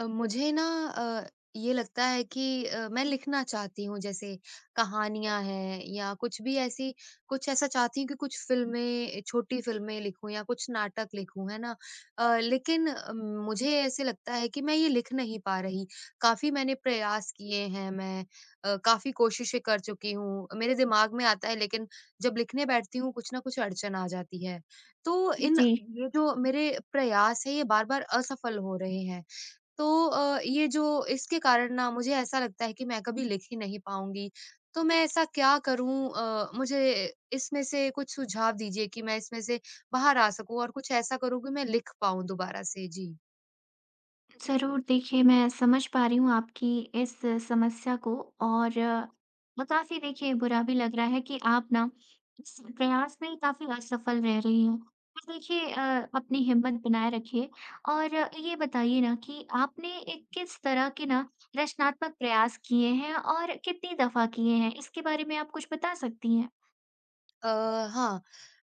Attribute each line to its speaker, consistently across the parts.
Speaker 1: मुझे ना अ, ये लगता है कि मैं लिखना चाहती हूँ, जैसे कहानियां हैं या कुछ भी ऐसी। कुछ ऐसा चाहती हूँ कि कुछ फिल्में, छोटी फिल्में लिखूं या कुछ नाटक लिखूं, है ना। लेकिन मुझे ऐसे लगता है कि मैं ये लिख नहीं पा रही। काफी मैंने प्रयास किए हैं, मैं काफी कोशिशें कर चुकी हूँ। मेरे दिमाग में आता है, लेकिन जब लिखने बैठती हूँ कुछ ना कुछ अड़चन आ जाती है। तो इन
Speaker 2: जी,
Speaker 1: ये जो मेरे प्रयास है ये बार बार असफल हो रहे हैं। तो अ, ये जो इसके कारण ना मुझे ऐसा लगता है कि मैं कभी लिख ही नहीं पाऊँगी। तो मैं ऐसा क्या करूँ? मुझे इसमें से कुछ सुझाव दीजिए कि मैं इसमें से बाहर आ सकूँ और कुछ ऐसा करूँ कि मैं लिख पाऊँ दोबारा से? जी।
Speaker 2: ज़रूर देखिए मैं समझ पा रही हूँ आपकी इस समस्या को और काफ़ी देखिए बुरा भी लग रहा है कि आप ना इस प्रयास में काफ़ी असफल रह रही हैं। पर देखिए अपनी हिम्मत बनाए रखिए और ये बताइए ना कि आपने एक किस तरह के ना रचनात्मक प्रयास किए हैं और कितनी दफ़ा किए हैं? इसके बारे में आप कुछ बता सकती हैं?
Speaker 1: अ, हाँ,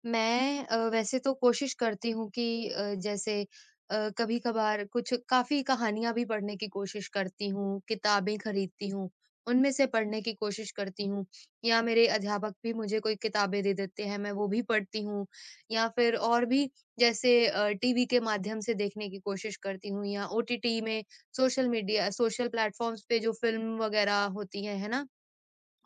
Speaker 1: मैं वैसे तो कोशिश करती हूँ कि जैसे कभी-कभार कुछ काफ़ी कहानियाँ भी पढ़ने की कोशिश करती हूँ, किताबें खरीदती हूँ, उनमें से पढ़ने की कोशिश करती हूँ। या मेरे अध्यापक भी मुझे कोई किताबें दे देते हैं, मैं वो भी पढ़ती हूँ, या फिर और भी जैसे टीवी के माध्यम से देखने की कोशिश करती हूँ, या ओटीटी में, सोशल मीडिया, सोशल प्लेटफ़ॉर्म्स पे जो फ़िल्म वगैरह होती हैं, है ना?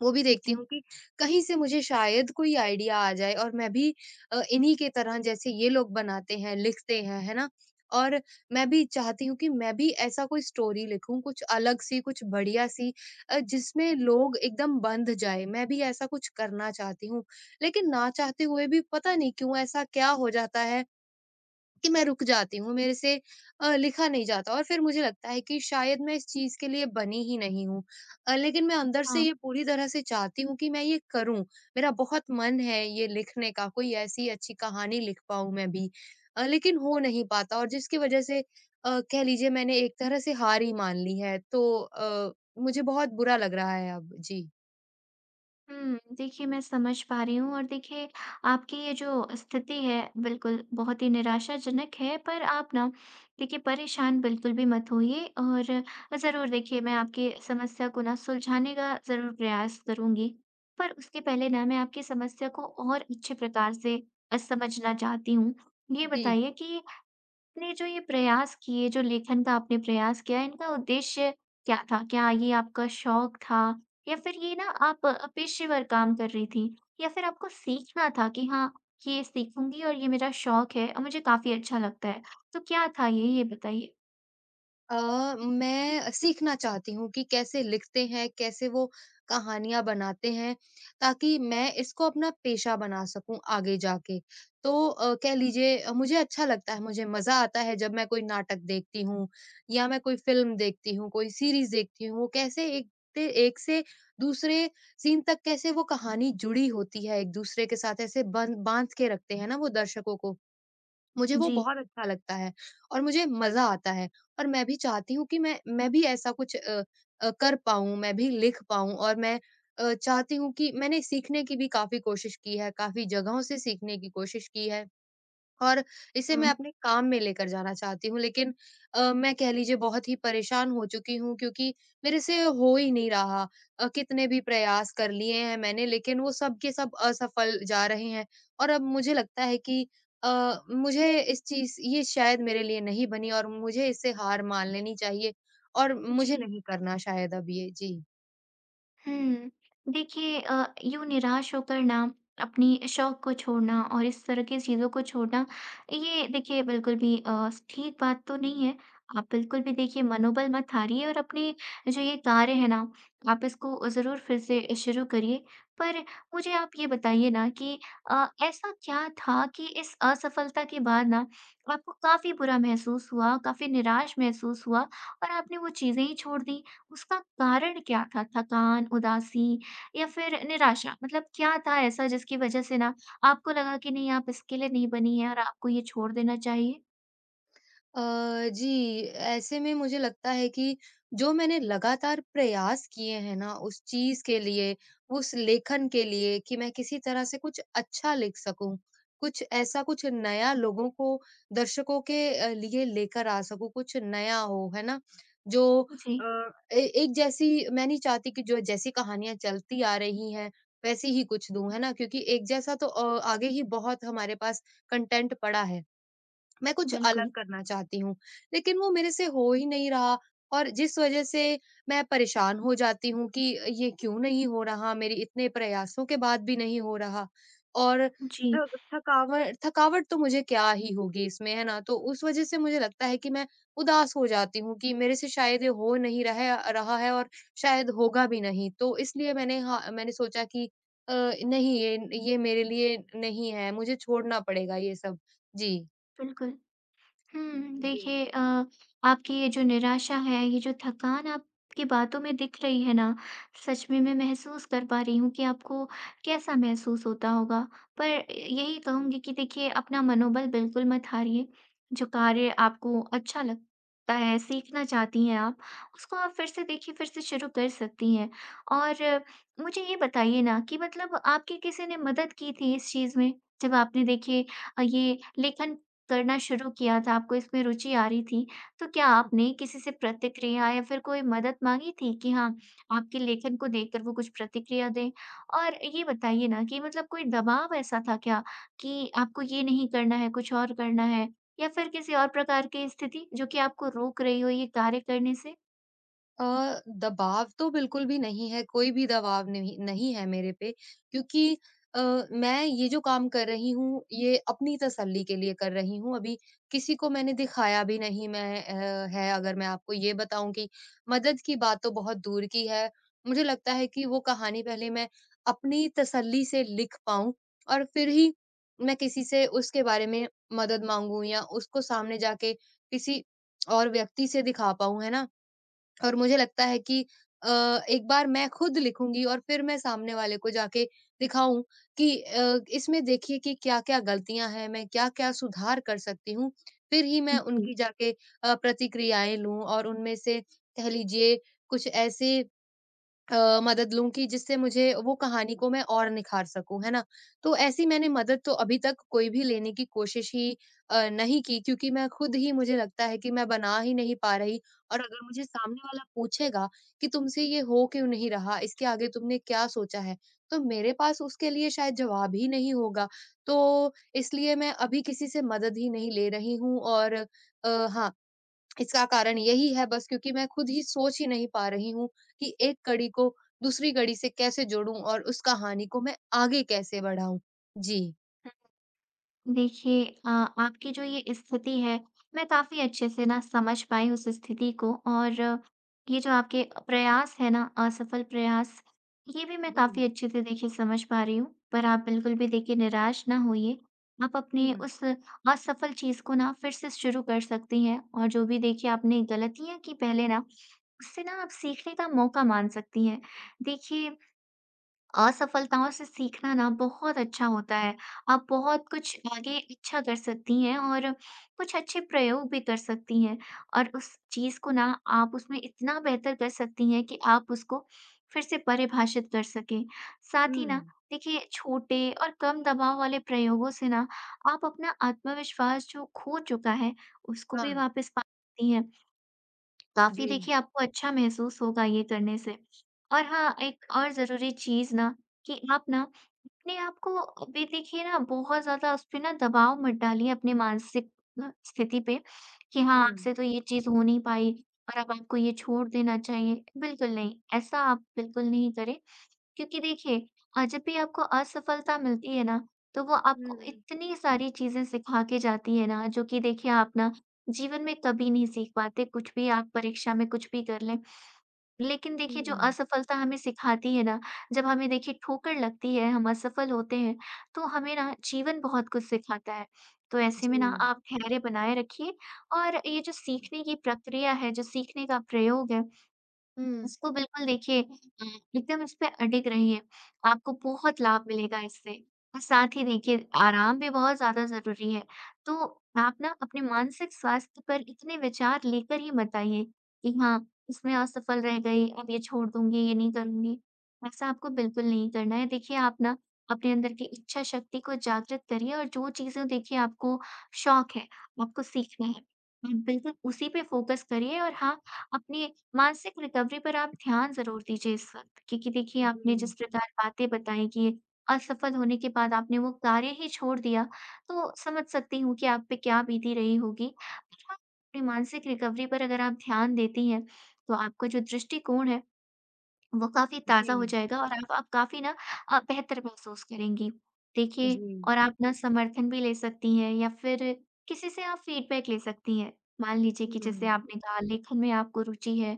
Speaker 1: वो भी देखती
Speaker 2: जी।
Speaker 1: हूँ कि कहीं से मुझे शायद कोई आइडिया आ जाए और मैं भी इन्हीं के तरह जैसे ये लोग बनाते हैं, लिखते हैं, है ना? और मैं भी चाहती हूँ कि मैं भी ऐसा कोई स्टोरी लिखूँ, कुछ अलग सी, कुछ बढ़िया सी, जिसमें लोग एकदम बंध जाएँ। मैं भी ऐसा कुछ करना चाहती हूँ। लेकिन ना चाहते हुए भी पता नहीं क्यों ऐसा क्या हो जाता है कि मैं रुक जाती हूँ, मेरे से लिखा नहीं जाता, और फिर मुझे लगता है कि शायद मैं इस चीज़ के लिए बनी ही नहीं हूँ। लेकिन मैं अंदर से
Speaker 2: हाँ।
Speaker 1: ये पूरी तरह से चाहती हूँ कि मैं ये करूँ, मेरा बहुत मन है ये लिखने का, कोई ऐसी अच्छी कहानी लिख पाऊँ मैं भी। लेकिन हो नहीं पाता, और जिसकी वज़ह से कह लीजिए मैंने एक तरह से हार ही मान ली है, तो मुझे बहुत बुरा लग रहा है अब। जी।
Speaker 2: देखिए मैं समझ पा रही हूँ और देखिए आपकी ये जो स्थिति है बिल्कुल बहुत ही निराशाजनक है, पर आप ना देखिए परेशान बिल्कुल भी मत होइए और ज़रूर देखिए मैं आपकी समस्या को ना सुलझाने का ज़रूर प्रयास करूँगी। पर उसके पहले ना मैं आपकी समस्या को और अच्छे प्रकार से समझना चाहती हूँ। ये
Speaker 1: जी।
Speaker 2: बताइए कि आपने जो ये प्रयास किए, जो लेखन का आपने प्रयास किया, इनका उद्देश्य क्या था? क्या ये आपका शौक था या फिर ये ना आप पेशेवर काम कर रही थीं? या फिर आपको सीखना था कि हाँ, ये सीखूँगी और ये मेरा शौक है और मुझे काफ़ी अच्छा लगता है। तो क्या था ये? ये बताइए।
Speaker 1: मैं सीखना चाहती हूँ कि कैसे लिखते हैं, कैसे वो कहानियाँ बनाते हैं, ताकि मैं इसको अपना पेशा बना सकूँ आगे जाके। तो कह लीजिए मुझे अच्छा लगता है, मुझे मज़ा आता है जब मैं कोई नाटक देखती हूँ या मैं कोई फ़िल्म देखती हूँ, कोई सीरीज़ देखती हूँ, वो कैसे एक से दूसरे सीन तक कैसे वो कहानी जुड़ी होती है, एक-दूसरे के साथ ऐसे बन बाँध के रखते हैं ना वो दर्शकों को। मुझे वो
Speaker 2: जी।
Speaker 1: बहुत अच्छा लगता है, और मुझे मज़ा आता है, और मैं भी चाहती हूँ कि मैं भी ऐसा कुछ कर पाऊँ, मैं भी लिख पाऊँ, और मैं चाहती हूँ कि मैंने सीखने की भी काफ़ी कोशिश की है, काफ़ी जगहों से सीखने की कोशिश की है। और इसे
Speaker 2: हुँ।
Speaker 1: मैं अपने काम में लेकर जाना चाहती हूँ, लेकिन मैं कह लीजिए बहुत ही परेशान हो चुकी हूँ, क्योंकि मेरे से हो ही नहीं रहा। कितने भी प्रयास कर लिए हैं मैंने, लेकिन वो सब के सब असफल जा रहे हैं, और अब मुझे लगता है कि मुझे इस चीज़ ये शायद मेरे लिए नहीं बनी, और मुझे इससे हार मान लेनी चाहिए, और मुझे
Speaker 2: जी।
Speaker 1: नहीं करना शायद अब ये। जी।
Speaker 2: हुँ। देखिए यूँ निराश होकर ना अपनी शौक को छोड़ना और इस तरह की चीज़ों को छोड़ना, ये देखिए बिल्कुल भी ठीक बात तो नहीं है। आप बिल्कुल भी देखिए मनोबल मत हारिए और अपने जो ये कार्य है ना, आप इसको ज़रूर फिर से शुरू करिए। पर मुझे आप ये बताइए ना कि ऐसा क्या था कि इस असफलता के बाद ना आपको काफ़ी बुरा महसूस हुआ, काफ़ी निराश महसूस हुआ और आपने वो चीज़ें ही छोड़ दी? उसका कारण क्या था? थकान, उदासी या फिर निराशा? मतलब क्या था ऐसा जिसकी वजह से ना आपको लगा कि नहीं आप इसके लिए नहीं बनी हैं और आपको ये छोड़ देना चाहिए?
Speaker 1: जी, ऐसे में मुझे लगता है कि जो मैंने लगातार प्रयास किए हैं ना उस चीज़ के लिए, उस लेखन के लिए, कि मैं किसी तरह से कुछ अच्छा लिख सकूँ, कुछ नया लोगों को, दर्शकों के लिए लेकर आ सकूँ, कुछ नया हो, है ना? जो अ,
Speaker 2: जी,
Speaker 1: ए एक जैसी मैं नहीं चाहती कि जो जैसी कहानियाँ चलती आ रही हैं, वैसी ही कुछ दूँ, है ना? क्योंकि एक जैसा तो आगे ही बहुत हमारे पास कंटेंट पड़ा है। मैं कुछ अलग
Speaker 2: बिल्कुल।
Speaker 1: करना चाहती हूँ, लेकिन वो मेरे से हो ही नहीं रहा, और जिस वज़ह से मैं परेशान हो जाती हूँ कि ये क्यों नहीं हो रहा, मेरे इतने प्रयासों के बाद भी नहीं हो रहा। और थ
Speaker 2: जी,
Speaker 1: थकावट थकावट तो मुझे क्या ही होगी इसमें, है ना? तो उस वज़ह से मुझे लगता है कि मैं उदास हो जाती हूँ कि मेरे से शायद ये हो नहीं रहा है, और शायद होगा भी नहीं। तो इसलिए मैंने हाँ, मैंने सोचा कि नहीं, ये मेरे लिए नहीं है, मुझे छोड़ना पड़ेगा ये सब। जी।
Speaker 2: बिल्कुल।
Speaker 1: जी।
Speaker 2: देखिए आपकी ये जो निराशा है, ये जो थकान आपकी बातों में दिख रही है ना, सच में मैं महसूस कर पा रही हूँ कि आपको कैसा महसूस होता होगा। पर यही कहूँगी कि देखिए अपना मनोबल बिल्कुल मत हारिए, जो कार्य आपको अच्छा लगता है, सीखना चाहती हैं आप, उसको आप फिर से देखिए फिर से शुरू कर सकती हैं। और मुझे ये बताइए ना कि मतलब आपकी किसी ने मदद की थी इस चीज़ में? जब आपने देखिए ये लेखन करना शुरू किया था, आपको इसमें रुचि आ रही थी, तो क्या आपने किसी से प्रतिक्रिया या फिर कोई मदद माँगी थी कि हाँ, आपके लेखन को देखकर वो कुछ प्रतिक्रिया दें? और ये बताइए ना कि मतलब कोई दबाव ऐसा था क्या कि आपको ये नहीं करना है, कुछ और करना है या फिर किसी और प्रकार की स्थिति जो कि आपको रोक रही हो ये कार्य करने
Speaker 1: अ, दबाव तो बिल्कुल भी नहीं है, कोई भी दबाव नहीं नहीं है मेरे पे, क्योंकि अ, मैं ये जो काम कर रही हूँ, ये अपनी तसल्ली के लिए कर रही हूँ। अभी किसी को मैंने दिखाया भी नहीं। मैं अ, है अगर मैं आपको ये बताऊँ कि मदद की बात तो बहुत दूर की है। मुझे लगता है कि वो कहानी पहले मैं अपनी तसल्ली से लिख पाऊँ, और फिर ही मैं किसी से उसके बारे में मदद माँगूँ, या उसको सामने जाके किसी और व्यक्ति से दिखा पाऊँ, है ना? और मुझे लगता है कि अ, एक बार मैं खुद लिखूँगी, और फिर मैं सामने वाले को जाके दिखाऊँ कि इसमें देखिए कि क्या-क्या गलतियाँ हैं, मैं क्या-क्या सुधार कर सकती हूँ। फिर ही मैं
Speaker 2: से?
Speaker 1: उनकी जाके प्रतिक्रियाएँ लूँ, और उनमें से कह लीजिए कुछ ऐसे मदद लूँ कि जिससे मुझे वो कहानी को मैं और निखार सकूँ, है ना? तो ऐसी मैंने मदद तो अभी तक कोई भी लेने की कोशिश ही नहीं की, क्योंकि मैं खुद ही, मुझे लगता है कि मैं बना ही नहीं पा रही। और अगर मुझे सामने वाला पूछेगा कि तुमसे ये हो क्यों नहीं रहा? इसके आगे तुमने क्या सोचा है? तो मेरे पास उसके लिए शायद जवाब ही नहीं होगा। तो इसलिए मैं अभी किसी से मदद ही नहीं ले रही हूँ, और हाँ, इसका कारण यही है बस, क्योंकि मैं खुद ही सोच ही नहीं पा रही हूँ कि एक कड़ी को दूसरी कड़ी से कैसे जोड़ूँ, और उस कहानी को मैं आगे कैसे बढ़ाऊँ? जी।
Speaker 2: देखिए आपकी जो ये स्थिति है, मैं काफ़ी अच्छे से ना समझ पाई उस स्थिति को और ये जो आपके प्रयास है ना, असफल प्रयास, ये भी मैं
Speaker 1: जी।
Speaker 2: काफ़ी अच्छे से देखिए समझ पा रही हूँ। पर आप बिल्कुल भी देखिए निराश ना होइए। आप अपने
Speaker 1: हुँ,
Speaker 2: उस असफल चीज़ को ना फिर से शुरू कर सकती हैं और जो भी देखिए आपने गलतियाँ की पहले ना, उससे ना आप सीखने का मौका मान सकती हैं। देखिए असफलताओं से सीखना ना बहुत अच्छा होता है। आप बहुत कुछ आगे अच्छा कर सकती हैं और कुछ अच्छे प्रयोग भी कर सकती हैं और उस चीज़ को ना आप उसमें इतना बेहतर कर सकती हैं कि आप उसको फिर से परिभाषित कर सकें। साथ ही ना
Speaker 1: हुँ।
Speaker 2: देखिए छोटे और कम दबाव वाले प्रयोगों से ना आप अपना आत्मविश्वास जो खो चुका है उसको
Speaker 1: हाँ,
Speaker 2: भी वापस पा सकती हैं। काफ़ी
Speaker 1: जी।
Speaker 2: देखिए आपको अच्छा महसूस होगा ये करने से। और हाँ, एक और ज़रूरी चीज़ ना कि आप ना अपने आप को अभी देखिए ना बहुत ज़्यादा उस पे ना दबाव मत डालिए अपने मानसिक स्थिति पे कि हाँ,
Speaker 1: हुँ,
Speaker 2: आपसे तो ये चीज़ हो नहीं पाई और अब आपको ये छोड़ देना चाहिए। बिल्कुल नहीं, ऐसा आप बिल्कुल नहीं करें। क्योंकि देखिए जब भी आपको असफलता मिलती है ना, तो वो आपको
Speaker 1: हुँ,
Speaker 2: इतनी सारी चीज़ें सिखा के जाती है ना, जो कि देखिए आप ना जीवन में कभी नहीं सीख पाते, कुछ भी आप परीक्षा में कुछ भी कर लें। लेकिन देखिए जो
Speaker 1: हुँ।
Speaker 2: असफलता हमें सिखाती है ना, जब हमें देखिए ठोकर लगती है, हम असफल होते हैं, तो हमें ना जीवन बहुत कुछ सिखाता है। तो ऐसे
Speaker 1: जी।
Speaker 2: में ना आप धैर्य बनाए रखिए और ये जो सीखने की प्रक्रिया है, जो सीखने का प्रयोग है
Speaker 1: हुँ।
Speaker 2: उसको बिल्कुल देखिए एकदम इस पे अडिग रहिए। आपको बहुत लाभ मिलेगा इससे और साथ ही देखिए आराम भी बहुत ज़्यादा ज़रूरी है। तो आप ना अपने मानसिक स्वास्थ्य पर इतने विचार लेकर ही मत आइए कि हाँ, इसमें असफल रह गई, अब ये छोड़ दूँगी, ये नहीं करूँगी। ऐसा आपको बिल्कुल नहीं करना है। देखिए आप ना अपने अंदर की इच्छा शक्ति को जागृत करिए और जो चीज़ें देखिए आपको शौक है, आपको सीखना है, आप बिल्कुल उसी पे फ़ोकस करिए और हाँ, अपने मानसिक रिकवरी पर आप ध्यान ज़रूर दीजिए इस वक़्त क्योंकि देखिए आपने
Speaker 1: जी,
Speaker 2: जिस प्रकार बातें बताई कि असफल होने के बाद आपने वो कार्य ही छोड़ दिया, तो समझ सकती हूँ कि आप पे क्या बीती रही होगी। पर हाँ, अपनी मानसिक रिकवरी पर अगर आप ध्यान देती हैं, तो आपका जो दृष्टिकोण है वो काफ़ी ताज़ा हो
Speaker 1: जी,
Speaker 2: जाएगा और आप काफ़ी ना बेहतर महसूस करेंगी। देखिए
Speaker 1: जी।
Speaker 2: और आप ना समर्थन भी ले सकती हैं या फिर किसी से आप फीडबैक ले सकती हैं। मान लीजिए कि जैसे
Speaker 1: हुँ,
Speaker 2: आपने कहा लेखन में आपको रुचि है,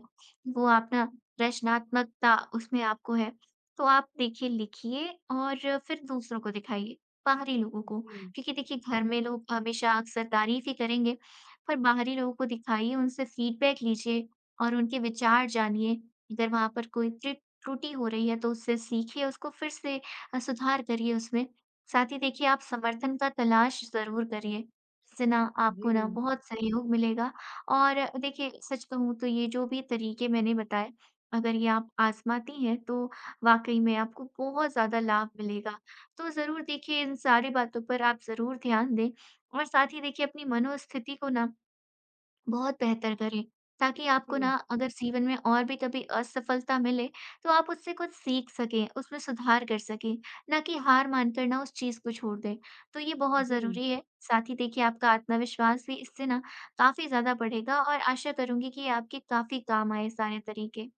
Speaker 2: वो आप ना रचनात्मकता उसमें आपको है, तो आप देखिए लिखिए और फिर दूसरों को दिखाइए, बाहरी लोगों को।
Speaker 1: जी,
Speaker 2: क्योंकि देखिए घर में लोग हमेशा अक्सर तारीफ़ ही करेंगे, पर बाहरी लोगों को दिखाइए, उनसे फीडबैक लीजिए और उनके विचार जानिए। अगर वहाँ पर कोई त्रि त्रुटि हो रही है तो उससे सीखिए, उसको फिर से सुधार करिए उसमें। साथ ही देखिए आप समर्थन का तलाश ज़रूर करिए, इससे ना आपको ना
Speaker 1: जी,
Speaker 2: बहुत सहयोग मिलेगा और देखिए सच कहूँ तो ये जो भी तरीके मैंने बताए, अगर ये आप आज़माती हैं तो वाक़ई में आपको बहुत ज़्यादा लाभ मिलेगा। तो ज़रूर देखिए इन सारी बातों पर आप ज़रूर ध्यान दें और साथ ही देखिए अपनी मनोस्थिति को ना बहुत बेहतर करें, ताकि आपको
Speaker 1: जी,
Speaker 2: ना अगर जीवन में और भी कभी असफलता मिले, तो आप उससे कुछ सीख सकें, उसमें सुधार कर सकें, ना कि हार मानकर ना उस चीज़ को छोड़ दें। तो ये बहुत
Speaker 1: जी।
Speaker 2: ज़रूरी है। साथ ही देखिए आपका आत्मविश्वास भी इससे ना काफ़ी ज़्यादा बढ़ेगा और आशा करूँगी कि ये आपके काफ़ी काम आए सारे तरीके।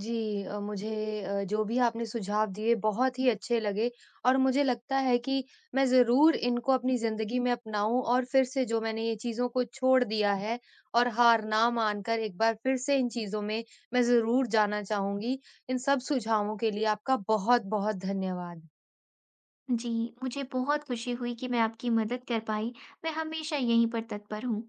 Speaker 1: जी, मुझे जो भी आपने सुझाव दिए बहुत ही अच्छे लगे, और मुझे लगता है कि मैं ज़रूर इनको अपनी ज़िंदगी में अपनाऊं, और फिर से जो मैंने ये चीज़ों को छोड़ दिया है, और हार ना मानकर एक बार फिर से इन चीज़ों में मैं ज़रूर जाना चाहूंगी। इन सब सुझावों के लिए आपका बहुत-बहुत धन्यवाद।
Speaker 2: जी, मुझे बहुत खुशी हुई कि मैं आपकी मदद कर पाई। मैं हमेशा यहीं पर तत्पर हूँ।